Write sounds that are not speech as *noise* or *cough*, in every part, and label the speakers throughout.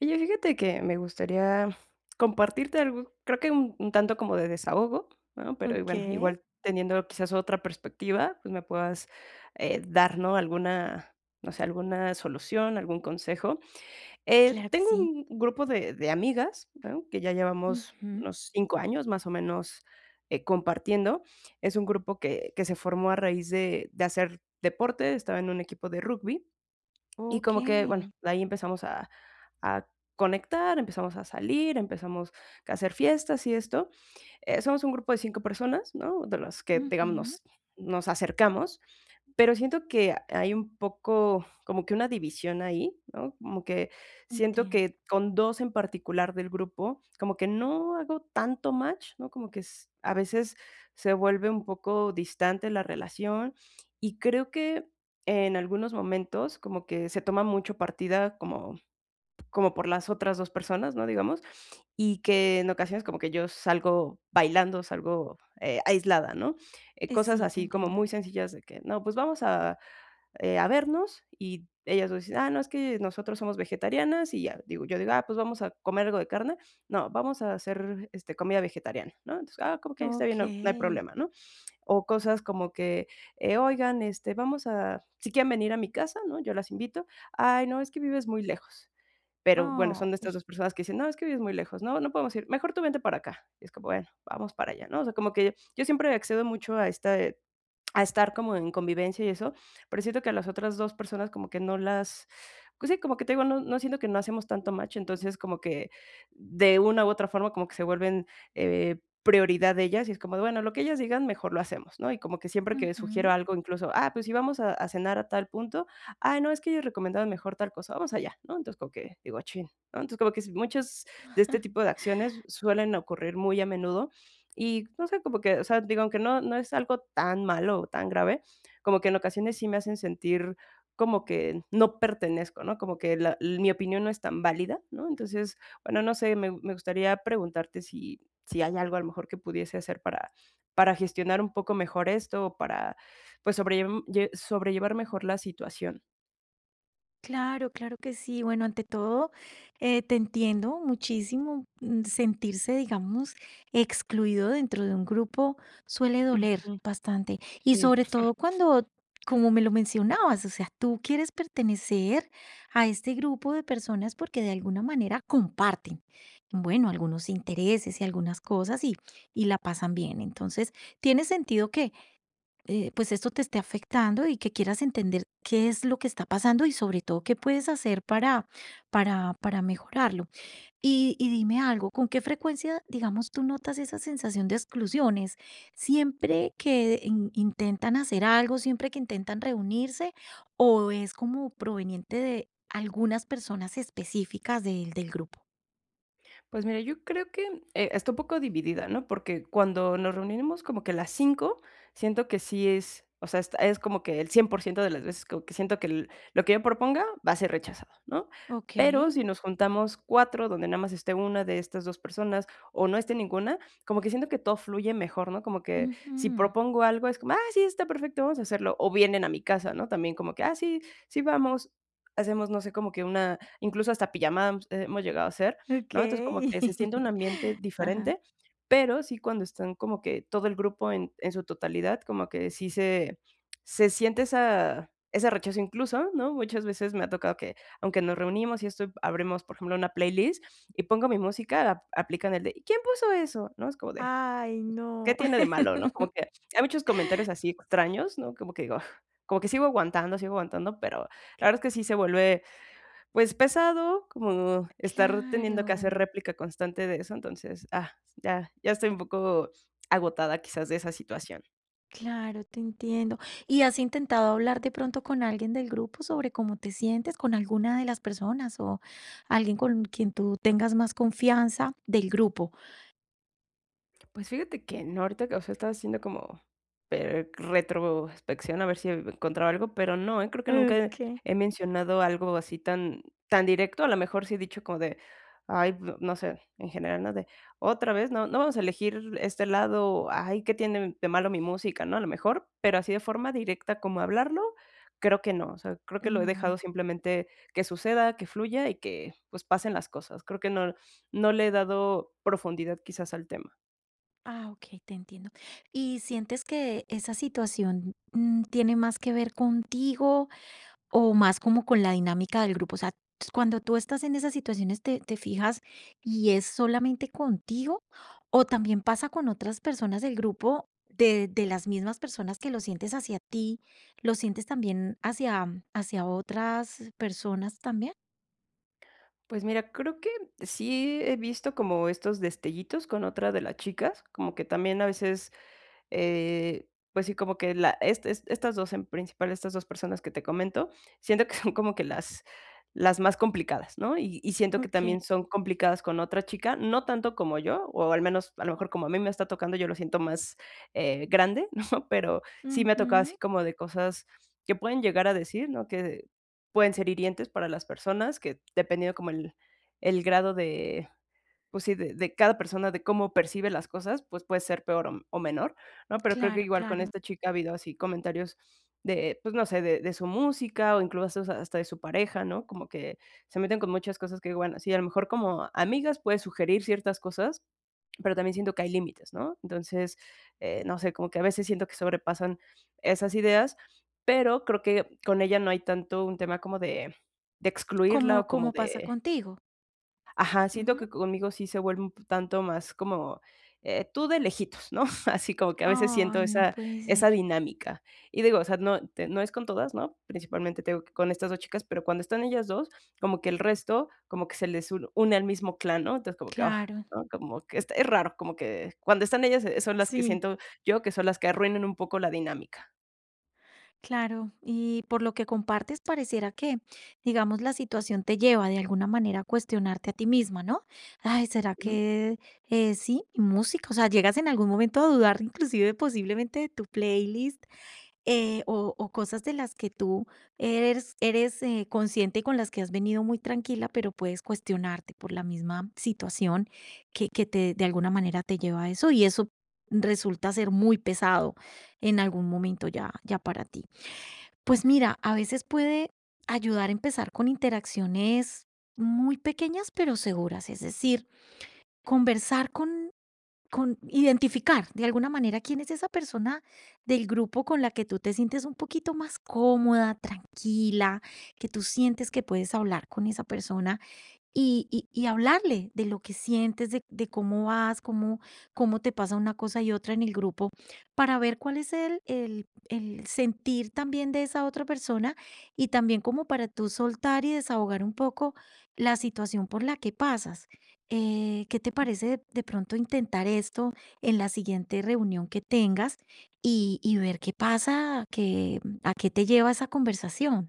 Speaker 1: Oye, fíjate que me gustaría compartirte algo, creo que un tanto como de desahogo, ¿no? Pero y bueno,
Speaker 2: Okey,
Speaker 1: igual teniendo quizás otra perspectiva, pues me puedas dar, ¿no? Alguna, no sé, alguna solución, algún consejo.
Speaker 2: claro que
Speaker 1: Tengo
Speaker 2: sí.
Speaker 1: un grupo de amigas, ¿no? Que ya llevamos
Speaker 2: Ujú,
Speaker 1: unos cinco años más o menos compartiendo. Es un grupo que se formó a raíz de hacer deporte, estaba en un equipo de rugby y como que, bueno,
Speaker 2: okey.
Speaker 1: de ahí empezamos a a conectar, empezamos a salir, empezamos a hacer fiestas y esto. Somos un grupo de 5 personas, ¿no? De las que, digamos,
Speaker 2: Ujú,
Speaker 1: nos acercamos. Pero siento que hay un poco como que una división ahí, ¿no? Como que siento
Speaker 2: entiendo.
Speaker 1: que con 2 en particular del grupo, como que no hago tanto match, ¿no? Como que s a veces se vuelve un poco distante la relación, y creo que en algunos momentos como que se toma mucho partida como por las otras 2 personas, ¿no?, digamos, y que en ocasiones como que yo salgo bailando, salgo, aislada, ¿no?, cosas
Speaker 2: Sí, te
Speaker 1: así como
Speaker 2: entiendo.
Speaker 1: muy sencillas de que: "No, pues vamos a vernos", y ellas dos dicen: "Ah, no, es que nosotros somos vegetarianas", y ya, digo, yo digo: "Ah, pues vamos a comer algo de carne", "No, vamos a hacer, este, comida vegetariana", ¿no?, entonces: "Ah, como que está bien, no hay
Speaker 2: Okey.
Speaker 1: problema", ¿no?, o cosas como que, "Oigan, este, vamos a", si quieren venir a mi casa, ¿no?, yo las invito, "Ay, no, es que vives muy lejos", pero bueno,
Speaker 2: Oh.
Speaker 1: son de estas 2 personas que dicen: "No, es que vives muy lejos, no, no podemos ir, mejor tú vente para acá". Y es como, bueno, vamos para allá, ¿no? O sea, como que yo siempre accedo mucho a esta a estar como en convivencia y eso, pero siento que a las otras 2 personas como que no las pues sí, como que te digo, no siento que no hacemos tanto match, entonces como que de una u otra forma como que se vuelven, prioridad de ellas y es como de, bueno, lo que ellas digan mejor lo hacemos, ¿no? Y como que siempre que sugiero
Speaker 2: Ujú.
Speaker 1: algo, incluso, ah, pues si vamos a cenar a tal punto, ah, no, es que ellos recomendaban mejor tal cosa, vamos allá, ¿no? Entonces como que digo, chin, ¿no? Entonces como que muchas de este tipo de
Speaker 2: *laughs*
Speaker 1: acciones suelen ocurrir muy a menudo y no sé, como que, o sea, digo, aunque no es algo tan malo o tan grave, como que en ocasiones sí me hacen sentir como que no pertenezco, ¿no? Como que mi opinión no es tan válida, ¿no? Entonces, bueno, no sé, me gustaría preguntarte si si hay algo a lo mejor que pudiese hacer para gestionar un poco mejor esto o para, pues, sobrellem lle sobrellevar mejor la situación.
Speaker 2: Claro, claro que sí. Bueno, ante todo, te entiendo muchísimo. Sentirse, digamos, excluido dentro de un grupo suele doler
Speaker 1: Ujú,
Speaker 2: bastante. Y
Speaker 1: sí.
Speaker 2: sobre todo cuando, como me lo mencionabas, o sea, tú quieres pertenecer a este grupo de personas porque de alguna manera comparten, bueno, algunos intereses y algunas cosas y la pasan bien. Entonces, tiene sentido que pues esto te esté afectando y que quieras entender qué es lo que está pasando y sobre todo qué puedes hacer para, mejorarlo. Y dime algo, ¿con qué frecuencia, digamos, tú notas esa sensación de exclusiones? ¿Siempre que intentan hacer algo, siempre que intentan reunirse o es como proveniente de algunas personas específicas del grupo?
Speaker 1: Pues mira, yo creo que, está un poco dividida, ¿no? Porque cuando nos reunimos como que las 5, siento que sí es, o sea, es como que el 100% de las veces como que siento que l lo que yo proponga va a ser rechazado, ¿no?
Speaker 2: Ok.
Speaker 1: Pero si nos juntamos 4, donde nada más esté una de estas 2 personas o no esté ninguna, como que siento que todo fluye mejor, ¿no? Como que si
Speaker 2: Ujú,
Speaker 1: propongo algo es como: "Ah, sí, está perfecto, vamos a hacerlo", o vienen a mi casa, ¿no? También como que: "Ah, sí, sí, vamos", hacemos, no sé, como que una incluso hasta pijamadas hemos hemos llegado a hacer,
Speaker 2: ok.
Speaker 1: ¿no? Entonces, como que se siente un ambiente
Speaker 2: *laughs* Ajá.
Speaker 1: diferente, pero sí cuando están como que todo el grupo en su totalidad, como que sí se siente esa ese rechazo incluso, ¿no? Muchas veces me ha tocado que, aunque nos reunimos y esto, abrimos, por ejemplo, una playlist y pongo mi música, ap aplican el de: "¿Y quién puso eso?", ¿no? Es como de:
Speaker 2: Ay,
Speaker 1: "¿Qué
Speaker 2: no.
Speaker 1: tiene de malo?", ¿no? Como que hay muchos comentarios así extraños, ¿no? Como que digo, *laughs* como que sigo aguantando, pero la verdad es que sí se vuelve pues pesado, como estar
Speaker 2: Claro,
Speaker 1: teniendo que hacer réplica constante de eso, entonces, ah, ya estoy un poco agotada quizás de esa situación.
Speaker 2: claro, te entiendo. ¿Y has intentado hablar de pronto con alguien del grupo sobre cómo te sientes, con alguna de las personas o alguien con quien tú tengas más confianza del grupo?
Speaker 1: Pues fíjate que no, ahorita que, o sea, estaba haciendo como per retrospección a ver si encontraba algo, pero no, creo que nunca
Speaker 2: Ok.
Speaker 1: he mencionado algo así tan directo. A lo mejor sí he dicho como de, ay, no sé, en general, ¿no? De otra vez, no vamos a elegir este lado, ay, ¿qué tiene de malo mi música?, ¿no? A lo mejor, pero así de forma directa como hablarlo, creo que no. O sea, creo que lo he
Speaker 2: No.
Speaker 1: dejado simplemente que suceda, que fluya y que, pues, pasen las cosas. Creo que no le he dado profundidad quizás al tema.
Speaker 2: Ah, ok, te entiendo. ¿Y sientes que esa situación tiene más que ver contigo? O más como con la dinámica del grupo. O sea, s cuando tú estás en esas situaciones, ¿te fijas y es solamente contigo, o también pasa con otras personas del grupo, de las mismas personas que lo sientes hacia ti, lo sientes también hacia otras personas también?
Speaker 1: Pues mira, creo que sí he visto como estos destellitos con otra de las chicas, como que también a veces eh, pues sí, como que la estas 2 en principal, estas 2 personas que te comento, siento que *laughs* son como que las más complicadas, ¿no? Y siento que
Speaker 2: Okey.
Speaker 1: también son complicadas con otra chica, no tanto como yo, o al menos a lo mejor como a mí me está tocando, yo lo siento más, grande, *laughs* ¿no? Pero sí me ha tocado
Speaker 2: Ujú.
Speaker 1: así como de cosas que pueden llegar a decir, ¿no? Que pueden ser hirientes para las personas, que dependiendo como el grado de pues sí, de cada persona, de cómo percibe las cosas, pues puede ser peor o menor, ¿no? Pero creo que
Speaker 2: Claro,
Speaker 1: igual con
Speaker 2: claro.
Speaker 1: esta chica ha habido así comentarios de, pues no sé, de su música o incluso hasta de su pareja, ¿no? Como que se meten con muchas cosas que, bueno, sí, a lo mejor como amigas puedes sugerir ciertas cosas, pero también siento que hay límites, ¿no? Entonces, no sé, como que a veces siento que sobrepasan esas ideas, pero creo que con ella no hay tanto un tema como de
Speaker 2: Como
Speaker 1: excluirla o como
Speaker 2: como pasa
Speaker 1: de
Speaker 2: contigo.
Speaker 1: Ajá, siento
Speaker 2: Ujú.
Speaker 1: que conmigo sí se vuelve un tanto más como, tú de lejitos, ¿no? *laughs* Así como que a veces siento
Speaker 2: Ay, no
Speaker 1: esa
Speaker 2: puede ser.
Speaker 1: dinámica. Y digo, o sea, no es con todas, ¿no? Principalmente tengo que con estas 2 chicas, pero cuando están ellas 2 como que el resto, como que se les un une al mismo clan, ¿no? Entonces, como que, ah,
Speaker 2: Claro,
Speaker 1: ¿no? Como que es raro, como que cuando están ellas, son las que
Speaker 2: sí.
Speaker 1: siento yo que son las que arruinan un poco la dinámica.
Speaker 2: Claro, y por lo que compartes pareciera que, digamos, la situación te lleva de alguna manera a cuestionarte a ti misma, ¿no? Ay, ¿será
Speaker 1: Ujú.
Speaker 2: que sí, mi música? O sea, llegas en algún momento a dudar inclusive posiblemente de tu playlist o cosas de las que tú eres, consciente y con las que has venido muy tranquila, pero puedes cuestionarte por la misma situación que te, de alguna manera te lleva a eso y eso resulta ser muy pesado en algún momento ya, ya para ti. Pues mira, a veces puede ayudar a empezar con interacciones muy pequeñas pero seguras, es decir, conversar con identificar de alguna manera quién es esa persona del grupo con la que tú te sientes un poquito más cómoda, tranquila, que tú sientes que puedes hablar con esa persona y hablarle de lo que sientes, de cómo vas, cómo te pasa una cosa y otra en el grupo, para ver cuál es el sentir también de esa otra persona, y también como para tú soltar y desahogar un poco la situación por la que pasas. ¿Qué te parece de pronto intentar esto en la siguiente reunión que tengas y ver qué pasa, qué a qué te lleva esa conversación?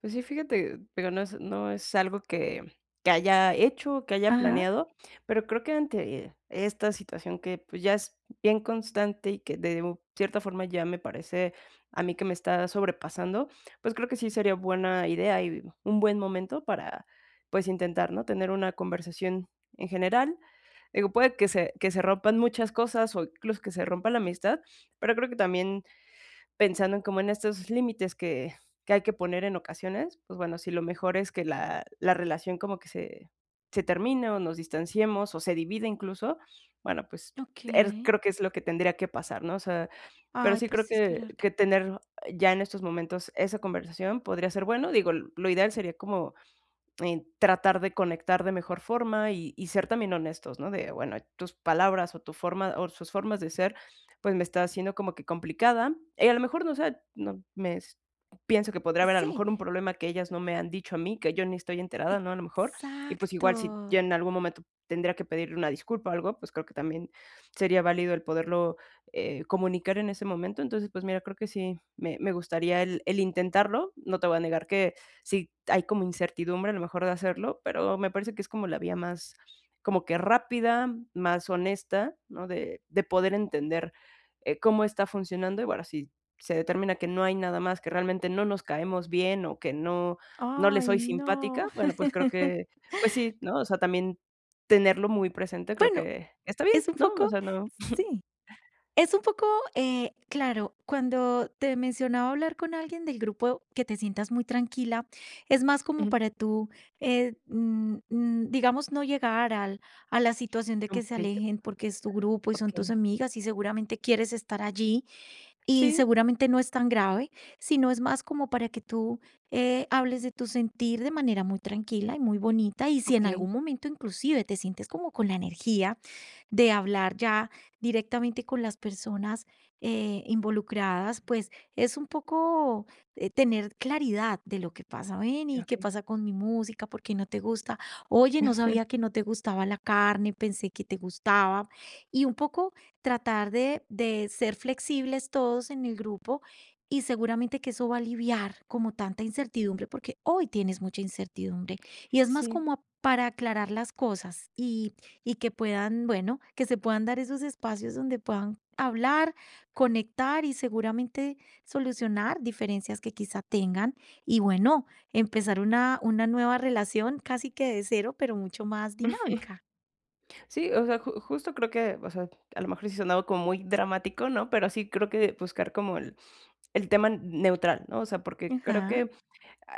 Speaker 1: Pues sí, fíjate, pero no es algo que haya hecho, que haya
Speaker 2: Ajá.
Speaker 1: planeado, pero creo que ante esta situación que, pues, ya es bien constante y que de u cierta forma ya me parece a mí que me está sobrepasando, pues, creo que sí sería buena idea y un buen momento para, pues, intentar, ¿no?, tener una conversación en general. Digo, puede que se rompan muchas cosas o incluso que se rompa la amistad, pero creo que también pensando en como en estos límites que hay que poner en ocasiones, pues bueno, si lo mejor es que la relación como que se termine o nos distanciemos o se divide incluso, bueno, pues, er
Speaker 2: Okey.
Speaker 1: creo que es lo que tendría que pasar, ¿no? O sea, pero
Speaker 2: Ay,
Speaker 1: sí creo
Speaker 2: pues
Speaker 1: que
Speaker 2: esperar que
Speaker 1: tener ya en estos momentos esa conversación podría ser bueno, digo, lo ideal sería como tratar de conectar de mejor forma y ser también honestos, ¿no? De, bueno, tus palabras o tu forma o sus formas de ser, pues me está haciendo como que complicada. Y a lo mejor, no sé, no, me, pienso que podría haber a lo
Speaker 2: sí.
Speaker 1: mejor un problema que ellas no me han dicho a mí, que yo ni estoy enterada, ¿no? A lo mejor. Y pues
Speaker 2: Exacto.
Speaker 1: igual si yo en algún momento tendría que pedirle una disculpa o algo, pues creo que también sería válido el poderlo comunicar en ese momento. Entonces, pues mira, creo que sí, me gustaría el intentarlo. No te voy a negar que sí hay como incertidumbre a lo mejor de hacerlo, pero me parece que es como la vía más como que rápida, más honesta, ¿no? De poder entender, cómo está funcionando y bueno, si se determina que no hay nada más, que realmente no nos caemos bien o que no le
Speaker 2: Ay,
Speaker 1: soy simpática,
Speaker 2: no.
Speaker 1: bueno, pues
Speaker 2: *laughs*
Speaker 1: creo que, pues sí, ¿no? O sea, también tenerlo muy presente creo
Speaker 2: Bueno,
Speaker 1: que está bien,
Speaker 2: es un
Speaker 1: ¿no? O
Speaker 2: poco
Speaker 1: sea, no
Speaker 2: sí, es un poco, claro, cuando te mencionaba hablar con alguien del grupo que te sientas muy tranquila, es más como
Speaker 1: ujú,
Speaker 2: para tú, digamos, no llegar al a la situación de
Speaker 1: un
Speaker 2: que se
Speaker 1: pleito,
Speaker 2: alejen porque es tu grupo y son
Speaker 1: okey.
Speaker 2: tus amigas y seguramente quieres estar allí. Y
Speaker 1: Sí,
Speaker 2: seguramente no es tan grave, sino es más como para que tú hables de tu sentir de manera muy tranquila y muy bonita. Y si en
Speaker 1: okey,
Speaker 2: algún momento inclusive te sientes como con la energía de hablar ya directamente con las personas involucradas, pues es un poco tener claridad de lo que pasa. Ven, ¿y qué
Speaker 1: okey.
Speaker 2: pasa con mi música? ¿Por qué no te gusta? Oye, no sabía
Speaker 1: *laughs*
Speaker 2: que no te gustaba la carne, pensé que te gustaba. Y un poco tratar de ser flexibles todos en el grupo y seguramente que eso va a aliviar como tanta incertidumbre, porque hoy tienes mucha incertidumbre y es más
Speaker 1: Sí.
Speaker 2: como para aclarar las cosas y que puedan, bueno, que se puedan dar esos espacios donde puedan hablar, conectar y seguramente solucionar diferencias que quizá tengan y bueno, empezar una nueva relación casi que de cero, pero mucho más dinámica.
Speaker 1: Sí, o sea, ju justo creo que, o sea, a lo mejor sí sonaba como muy dramático, ¿no? Pero sí creo que buscar como el tema neutral, ¿no? O sea, porque creo
Speaker 2: Ajá,
Speaker 1: que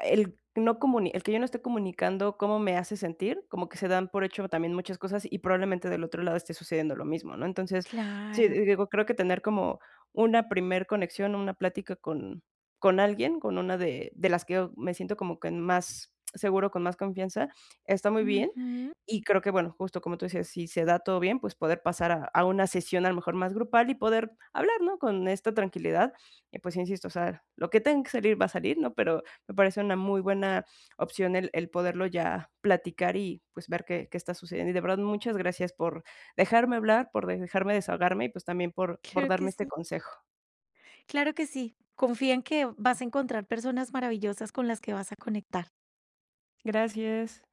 Speaker 1: el que yo no esté comunicando cómo me hace sentir, como que se dan por hecho también muchas cosas y probablemente del otro lado esté sucediendo lo mismo, ¿no? Entonces, sí,
Speaker 2: claro.
Speaker 1: digo, creo que tener como una primer conexión, una plática con alguien, con una de las que yo me siento como que más seguro, con más confianza, está muy bien.
Speaker 2: Ujú.
Speaker 1: Y creo que, bueno, justo como tú decías, si se da todo bien, pues poder pasar a una sesión a lo mejor más grupal y poder hablar, ¿no? Con esta tranquilidad. Y pues insisto, o sea, lo que tenga que salir va a salir, ¿no? Pero me parece una muy buena opción el poderlo ya platicar y, pues, ver qué está sucediendo. Y de verdad, muchas gracias por dejarme hablar, por dejarme desahogarme y, pues, también por
Speaker 2: Claro
Speaker 1: darme
Speaker 2: que
Speaker 1: este
Speaker 2: sí.
Speaker 1: consejo.
Speaker 2: Claro que sí. Confía en que vas a encontrar personas maravillosas con las que vas a conectar.
Speaker 1: Gracias.